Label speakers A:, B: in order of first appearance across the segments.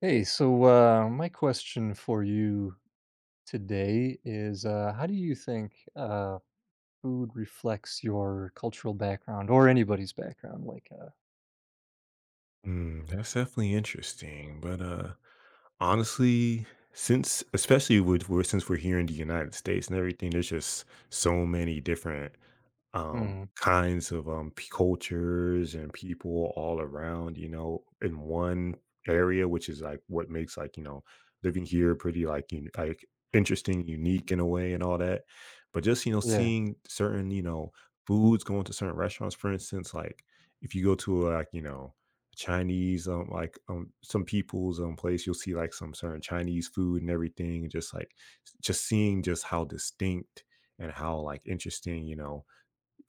A: Hey, so my question for you today is how do you think food reflects your cultural background or anybody's background? Like,
B: That's definitely interesting. But honestly, since especially with we're since we're here in the United States and everything, there's just so many different
A: mm,
B: kinds of cultures and people all around, you know, in one area, which is like what makes like, you know, living here pretty interesting, unique in a way and all that. But just, you know,
A: yeah,
B: seeing certain, you know, foods going to certain restaurants, for instance, like if you go to like, you know, Chinese, like some people's place, you'll see like some certain Chinese food and everything, and just like just seeing just how distinct and how like interesting, you know,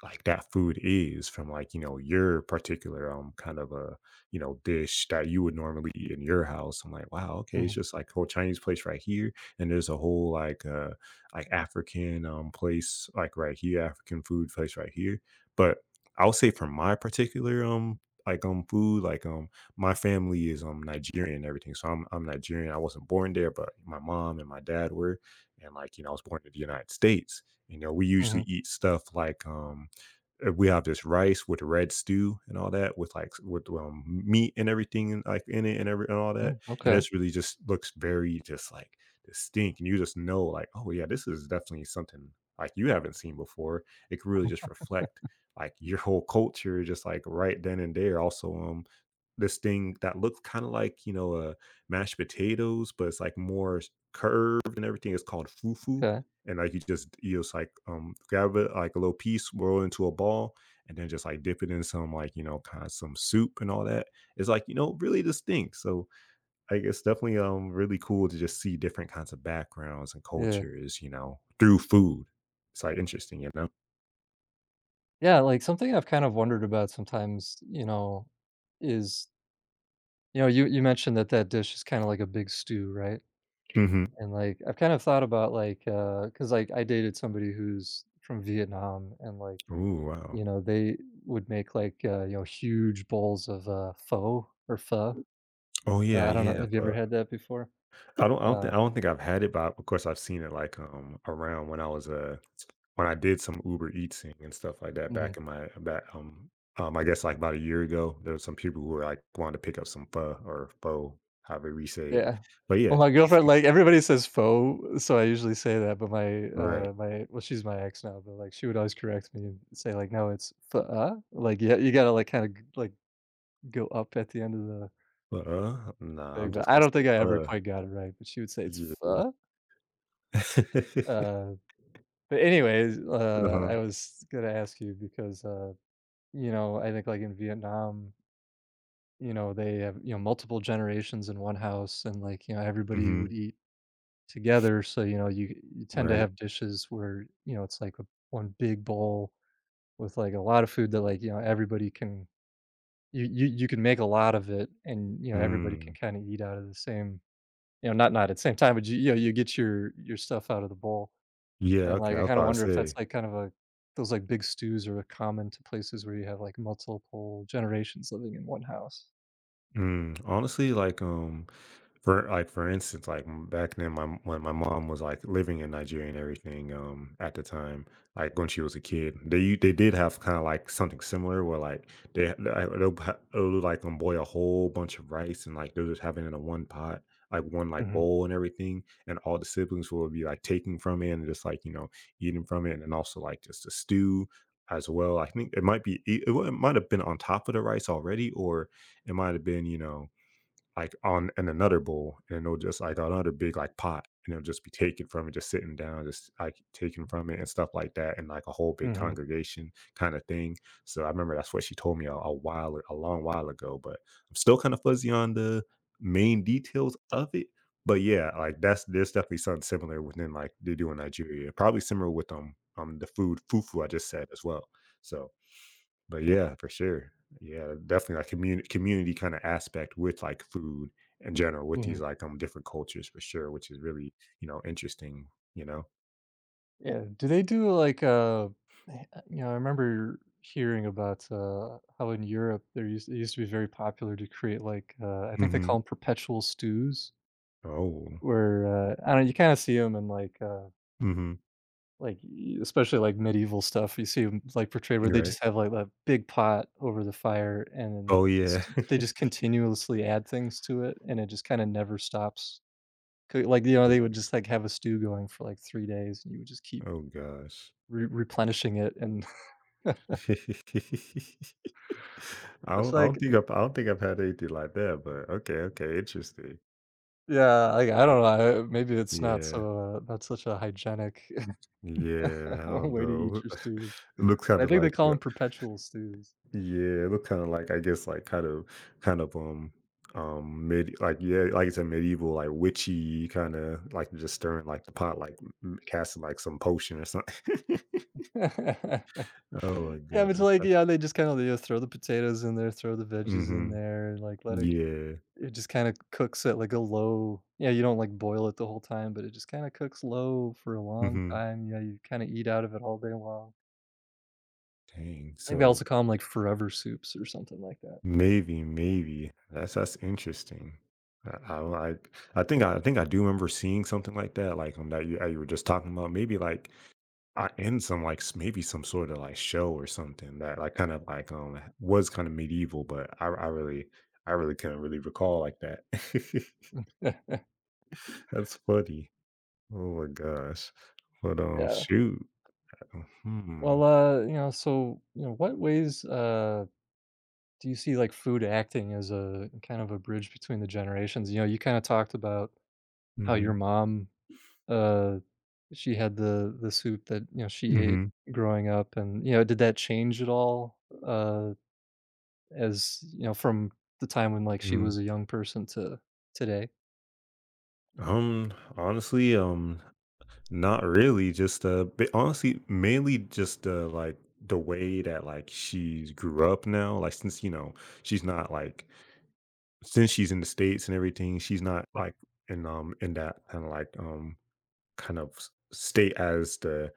B: like that food is from like you know your particular kind of a you know dish that you would normally eat in your house. I'm like, wow, okay, it's
A: hmm
B: just like whole Chinese place right here. And there's a whole like African place like right here, African food place right here. But I'll say for my particular food my family is Nigerian and everything, so I'm Nigerian. I wasn't born there, but my mom and my dad were. And like, you know, I was born in the United States. You know, we usually
A: hmm
B: eat stuff like we have this rice with red stew and all that with meat and everything in, in it and all
A: mm,
B: that. And
A: okay,
B: it's really just looks very just like distinct, and you just know like, oh yeah, this is definitely something like you haven't seen before. It can really just reflect like your whole culture just like right then and there. Also this thing that looks kind of like, you know, mashed potatoes, but it's like more curved and everything. It's called fufu.
A: okay,
B: And like you just, you just like grab it like a little piece, roll it into a ball, and then just like dip it in some like, you know, kind of some soup and all that. It's like, you know, really distinct. So I guess definitely really cool to just see different kinds of backgrounds and
A: yeah,
B: cultures, you know, through food. It's like interesting, you know.
A: yeah. Like something I've kind of wondered about sometimes, you know, is you know, you mentioned that dish is kind of like a big stew, right?
B: Hmm.
A: And like I've kind of thought about like because like I dated somebody who's from Vietnam and like
B: Ooh,
A: you
B: wow.
A: know, they would make, like, you know, huge bowls of, pho or pho.
B: Oh yeah,
A: I don't know,
B: yeah.
A: have you ever had that before?
B: I don't I don't
A: Uh,
B: think I don't think I've had it, but of course I've seen it like around when I was when I did some Uber Eatsing and stuff like that
A: mhm,
B: back in my back I guess like about a year ago. There was some people who were like wanting to pick up some pho or pho, however we say it,
A: yeah.
B: but yeah.
A: Well, my girlfriend, like, everybody says faux, so I usually say that, but my,
B: Right.
A: my well, she's my ex now, but, like, she would always correct me and say, like, "No, it's pho." uh?" Like, yeah, you gotta, like, kinda like, go up at the end of the
B: But nah,
A: thing,
B: I'm
A: but
B: just
A: I
B: gonna
A: don't
B: say
A: think I ever
B: pho.
A: quite got it right, but she would say, "It's
B: Yeah.
A: pho?" Uh, but anyways,
B: Uh-huh.
A: I was gonna ask you because, you know, I think, like, in Vietnam you know, they have, you know, multiple generations in one house and like, you know, everybody would
B: Hmm.
A: eat together. So, you know, you tend to
B: Right.
A: have dishes where, you know, it's like a, one big bowl with like a lot of food that like, you know, everybody can you can make a lot of it and, you know, everybody can
B: Mm.
A: kind of eat out of the same, you know, not at the same time, but you know, you get your stuff out of the bowl.
B: Yeah,
A: And
B: okay,
A: like
B: I
A: I
B: was
A: kind of
B: about to
A: wonder if that's
B: say.
A: like kind of a those like big stews are common to places where you have like multiple generations living in one house.
B: Mm. Honestly, like for like for instance, like back then, my when my mom was like living in Nigeria and everything, at the time, like when she was a kid, they did have kind of like something similar where like they'll like boil a whole bunch of rice, and like they'll just have it in a one pot, like one like
A: hmm
B: bowl and everything, and all the siblings will be like taking from it and just like, you know, eating from it. And also like just a stew as well. I think it might be it might have been on top of the rice already, or it might have been, you know, like on in another bowl, and it'll just like another big like pot, and it'll just be taken from it, just sitting down, just like taken from it and stuff like that, and like a whole big
A: hmm
B: congregation kind of thing. So I remember that's what she told me a while, a long while ago, but I'm still kind of fuzzy on the main details of it. But yeah, like that's, there's definitely something similar within like they do in Nigeria, probably similar with the food fufu I just said as well. So but yeah, for sure. Yeah, definitely like community kind of aspect with like food in general with
A: hmm
B: these like different cultures for sure, which is really, you know, interesting, you know.
A: Yeah, do they do like, you know, I remember hearing about, how in Europe there used it used to be very popular to create like, I think they
B: Mhm.
A: call them perpetual stews
B: Oh.
A: where, I don't know, you kinda see them in
B: Mhm.
A: like, e especially like medieval stuff, you see 'em like portrayed where
B: You're
A: they
B: right.
A: just have like that big pot over the fire and
B: Oh
A: then
B: yeah.
A: just they just continuously add things to it and it just kinda never stops. Coo like, you know,
B: Oh,
A: they would just like have a stew going for like 3 days and you would just keep
B: oh gosh.
A: re replenishing it and It's
B: I
A: like
B: don't think I've, I don't think I've had anything like that, but okay, okay, interesting.
A: yeah, like, I don't know, I maybe it's not
B: Yeah,
A: so, not such a hygienic
B: yeah, I don't
A: way to
B: know.
A: eat your stews.
B: It looks kind
A: And I
B: of
A: think they
B: like
A: call them perpetual stews.
B: yeah, it looked kind of like, I guess like kind of mid, like, yeah, like it's a medieval like witchy kind of like just stirring like the pot like casting like some potion or something. Oh my
A: Yeah, but it's
B: gosh.
A: like,
B: That's,
A: yeah, they just kinda, you know, throw the potatoes in there, throw the veggies in
B: mm-hmm.
A: there, like, let it
B: Yeah.
A: it just kinda cooks at, like, a low yeah, you don't, like, boil it the whole time, but it just kinda cooks low for a long
B: Mm-hmm.
A: time, yeah, you kinda eat out of it all day long.
B: Dang.
A: I think they
B: So
A: also call them like, forever soups or something like
B: maybe that's interesting. I like, I think I do remember seeing something like that, like on that you, you were just talking about, maybe like I in some like maybe some sort of like show or something that like kind of like was kind of medieval, but I really, I really couldn't really recall like that.
A: that.
B: That's funny. Oh my gosh. But
A: Yeah.
B: shoot. Hmm.
A: Well, you know, so, you know, what ways, do you see, like, food acting as a kind of a bridge between the generations? You know, you kinda talked about how your
B: Mm-hmm.
A: mom, uh, she had the soup that, you know, she ate
B: Mm-hmm.
A: growing up and, you know, did that change at all, as, you know, from the time when, like, she
B: Hmm.
A: was a young person to today?
B: Honestly, not really. Just but honestly, mainly just like the way that like she's grew up now, like since you know, she's not like, since she's in the States and everything, she's not, right, like in that kinda like, kind of s state as the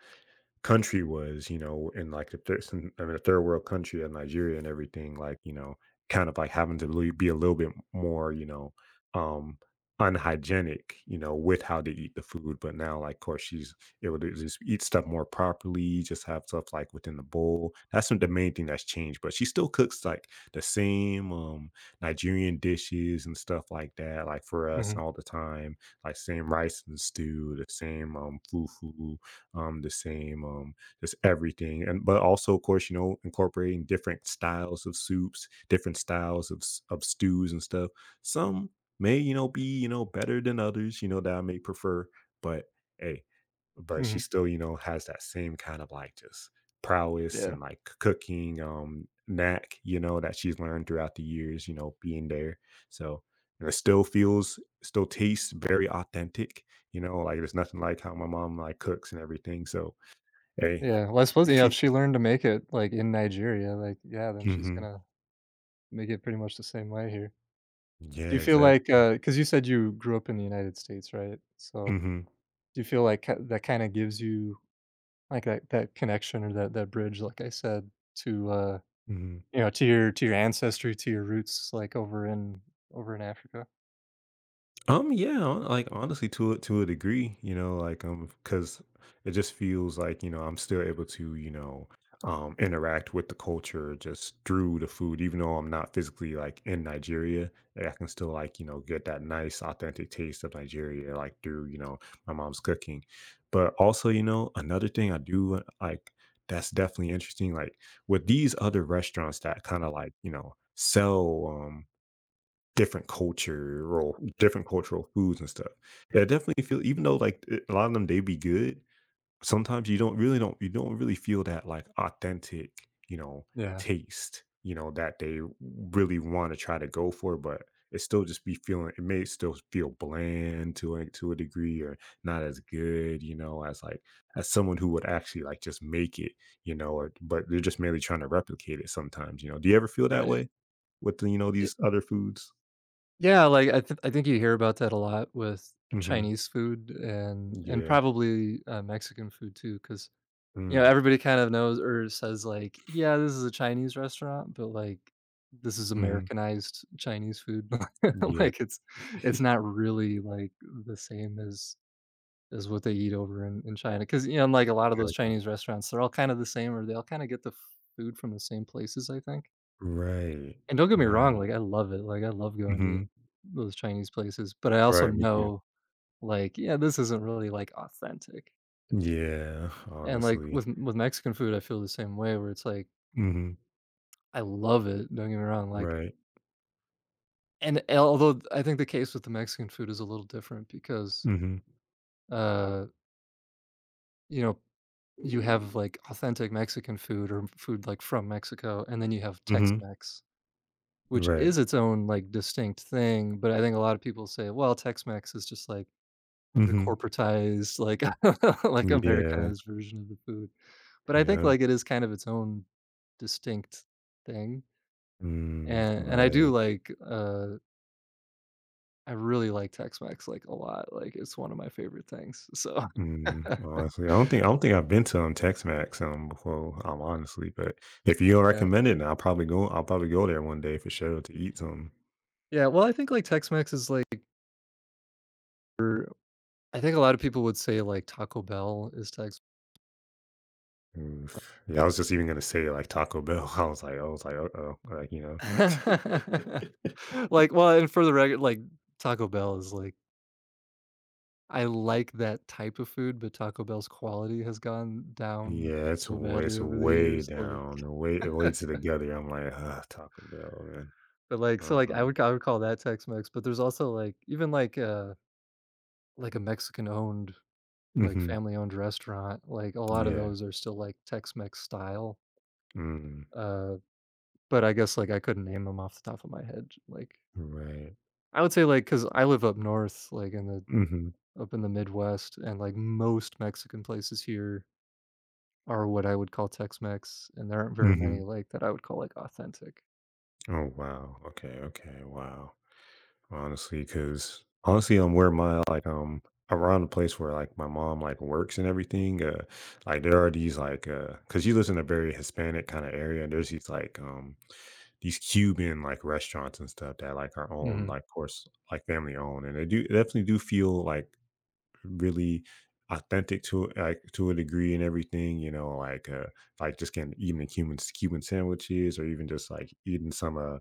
B: country was, you know, in like the third, some, I mean, a third world country of Nigeria and everything, like, you know, kind of like having to really be a little bit more, you know, um, unhygienic, you know, with how they eat the food. But now, like, of course, she's able to just eat stuff more properly, just have stuff like within the bowl. That's the main thing that's changed. But she still cooks like the same Nigerian dishes and stuff like that, like for us
A: Mhm,
B: all the time, like same rice and stew, the same fufu, the same, just everything. And but also, of course, you know, incorporating different styles of soups, different styles of of stews and stuff. Some may, you know, be you know better than others. You know that I may prefer, but hey, but she
A: mhm,
B: still, you know, has that same kind of like just prowess
A: yeah,
B: and like cooking knack, you know, that she's learned throughout the years, you know, being there. So, and it still feels, still tastes very authentic, you know, like there's nothing like how my mom like cooks and everything. So hey.
A: yeah, well, I suppose, you know, if she learned to make it, like, in Nigeria, like, yeah, then she's
B: Hmm.
A: gonna make it pretty much the same way here. Do
B: Yeah,
A: you feel like,
B: exactly.
A: because you said you grew up in the United States, right? So,
B: Hmm.
A: do you feel like ki that kinda gives you, like, that connection or that bridge, like I said, to,
B: Hmm.
A: you know, to your ancestry, to your roots, like, over in over in Africa?
B: Yeah, honestly, to a degree, you know, like because it just feels like, you know, I'm still able to, you know, interact with the culture just through the food, even though I'm not physically like in Nigeria. Like, I can still like, you know, get that nice authentic taste of Nigeria, like through, you know, my mom's cooking. But also, you know, another thing I do like that's definitely interesting, like with these other restaurants that kind of like, you know, sell different culture or different cultural foods and stuff. Yeah, I definitely feel even though like a lot of them they be good, sometimes you don't really feel that like authentic, you know,
A: Yeah.
B: taste, you know, that they really want to try to go for, but it still just be feeling, it may still feel bland to a degree or not as good, you know, as like as someone who would actually like just make it, you know, or, but they're just merely trying to replicate it sometimes, you know. Do you ever feel that
A: Right.
B: way with the, you know,
A: It
B: these other foods?
A: yeah, like, I think you hear about that a lot with
B: Mhm.
A: Chinese food and
B: Yeah.
A: probably, Mexican food too, because. You know,
B: Mm.
A: everybody kind of knows or says like, "Yeah, this is a Chinese restaurant," but, like, this is
B: Mhm.
A: Americanized Chinese food.
B: Yeah.
A: Like, it's not really, like, the same as what they eat over in China. Because you know, like, a lot of those
B: Exact.
A: Chinese restaurants, they're all kind of the same or they all kinda get the food from the same places, I think.
B: Right.
A: And don't get me wrong,
B: Right.
A: like, I love it. Like, I love going to
B: Mhm.
A: those Chinese places, but I also
B: Right, me too.
A: know, like, yeah, this isn't really, like, authentic.
B: Yeah,
A: And, like,
B: honestly.
A: with Mexican food, I feel the same way where it's like
B: Mhm.
A: I love it, don't get me wrong, like
B: Right.
A: and although I think the case with the Mexican food is a little different because,
B: Mhm.
A: uh, you know, you have, like, authentic Mexican food or food, like, from Mexico, and then you have
B: Mhm.
A: Tex-Mex, which
B: Right.
A: is its own, like, distinct thing, but I think a lot of people say, "Well, Tex-Mex is just, like, the
B: Mhm.
A: corporatized, like like,
B: Yeah.
A: Americanized version of the food," but I think,
B: Yeah.
A: like, it is kind of its own distinct thing,
B: Mm.
A: and I do
B: Right.
A: like, I really like Tex-Mex, like, a lot, like, it's one of my favorite things, so
B: Mm. Honestly, I don't think I've been to, Tex-Mex, before, honestly, but if you don't
A: Yeah.
B: recommend it, then I'll probably go there one day for sure to eat some.
A: Yeah, well, I think, like, Tex-Mex is, like, er I think a lot of people would say, like, Taco Bell is Tex
B: Mm, yeah, I was just even gonna say like Taco Bell. I was like, uh-oh, like you know,
A: Like, well, and for the record, like, Taco Bell is, like I like that type of food, but Taco Bell's quality has gone down
B: yeah,
A: so badly
B: it's
A: over the
B: way
A: years, like
B: down, way, way to the gutter. I'm like, ah, Taco Bell, man.
A: but, like so, like,
B: Uh-uh.
A: I would call that Tex-Mex, but there's also, like even, like, a Mexican-owned like,
B: Hmm.
A: family-owned restaurant, like, a lot of
B: Yeah.
A: those are still, like, Tex-Mex style,
B: Mm,
A: uh, but I guess, like, I couldn't name them off the top of my head, like
B: right.
A: I would say, like because I live up north, like, in the
B: Hmm.
A: up in the Midwest, and, like, most Mexican places here are what I would call Tex-Mex, and there aren't very many,
B: Hmm.
A: like, that I would call, like, authentic.
B: Oh wow. Okay. Okay. Wow. Honestly, because honestly, where my like around the place where like my mom like works and everything, like there are these like because she lives in a very Hispanic kind of area, and there's these like these Cuban like restaurants and stuff that like are owned,
A: Mhm,
B: like of course like family owned, and they do definitely do feel like really authentic to it, like to a degree and everything, you know, like just getting eating Cuban sandwiches, or even just like eating some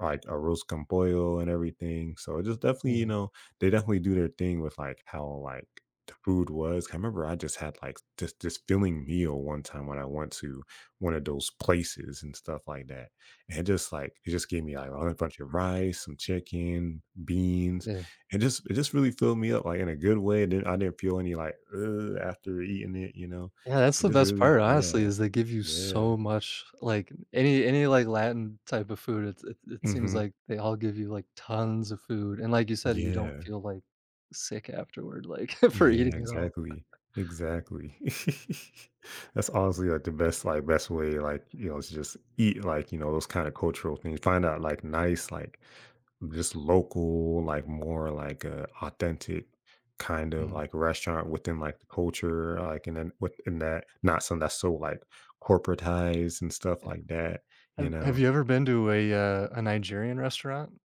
B: like a roast con pollo and everything. So it just definitely, you
A: mhm,
B: know, they definitely do their thing with like how like the food was. I remember I just had like this filling meal one time when I went to one of those places and stuff like that, and it just like, it just gave me like a bunch of rice, some chicken, beans.
A: yeah.
B: It just, it just really filled me up, like, in a good way, and then I didn't feel any, like, "Ugh," after eating it, you know?
A: Yeah, that's
B: It
A: the
B: just
A: best
B: really,
A: part, honestly,
B: yeah,
A: is they give you
B: yeah.
A: so much, like, any, like, Latin type of food, it it seems
B: Mhm.
A: like they all give you, like, tons of food, and like you said, you don't
B: Yeah.
A: feel, like, sick afterward, like, for
B: Yeah,
A: eating it all.
B: exactly. Exactly. That's honestly like the best, like best way, like, you know, to just eat like, you know, those kind of cultural things. Find out like nice, like just local, like more like authentic kind of
A: Mhm.
B: like restaurant within like the culture, like and then within that, not something that's so like corporatized and stuff
A: Yeah.
B: like that, you
A: Have
B: know.
A: you ever been to a Nigerian restaurant?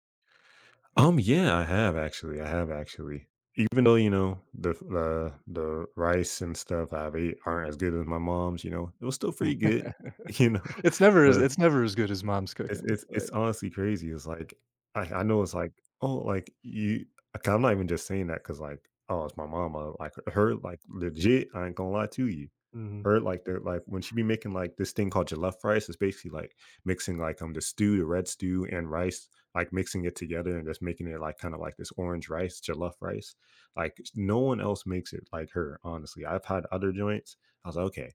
B: Yeah, I have actually. I have actually. Even though you know the rice and stuff I've ate aren't as good as my mom's, you know, it was still pretty good, you know. But
A: It's never as good as mom's cooking,
B: it's
A: like
B: honestly crazy. It's like I know it's like, oh like you. Like, I'm not even just saying that because like, oh it's my mama, like her, like legit. I ain't gonna lie to you.
A: mhm.
B: Her like their like when she be making like this thing called jollof rice, it's basically like mixing like the stew, the red stew, and rice, like mixing it together and just making it like kind of like this orange rice, jollof rice. Like no one else makes it like her. Honestly, I've had other joints. I was like, okay,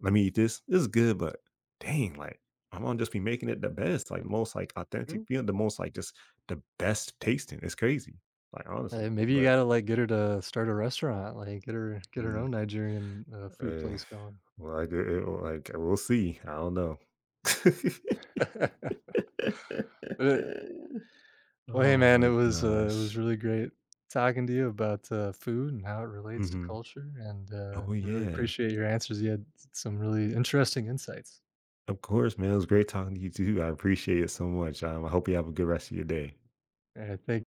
B: let me eat this. This is good, but dang, like, I'm gonna just be making it the best, like most like authentic,
A: Mm.
B: you know, the most like just the best tasting. It's crazy, like honestly,
A: Maybe you
B: but.
A: gotta, like, get her to start a restaurant, like, get her
B: Mm,
A: own Nigerian, food
B: Uh,
A: place going.
B: well, I did, like we'll see. I don't know.
A: But it well, hey
B: Oh
A: man,
B: my
A: it was
B: gosh.
A: really great talking to you about food and how it relates to
B: Hmm.
A: culture, and
B: Oh
A: really
B: yeah.
A: appreciate your answers. You had some really interesting insights.
B: Of course, man. It was great talking to you too. I appreciate it so much. I hope you have a good rest of your day.
A: Thank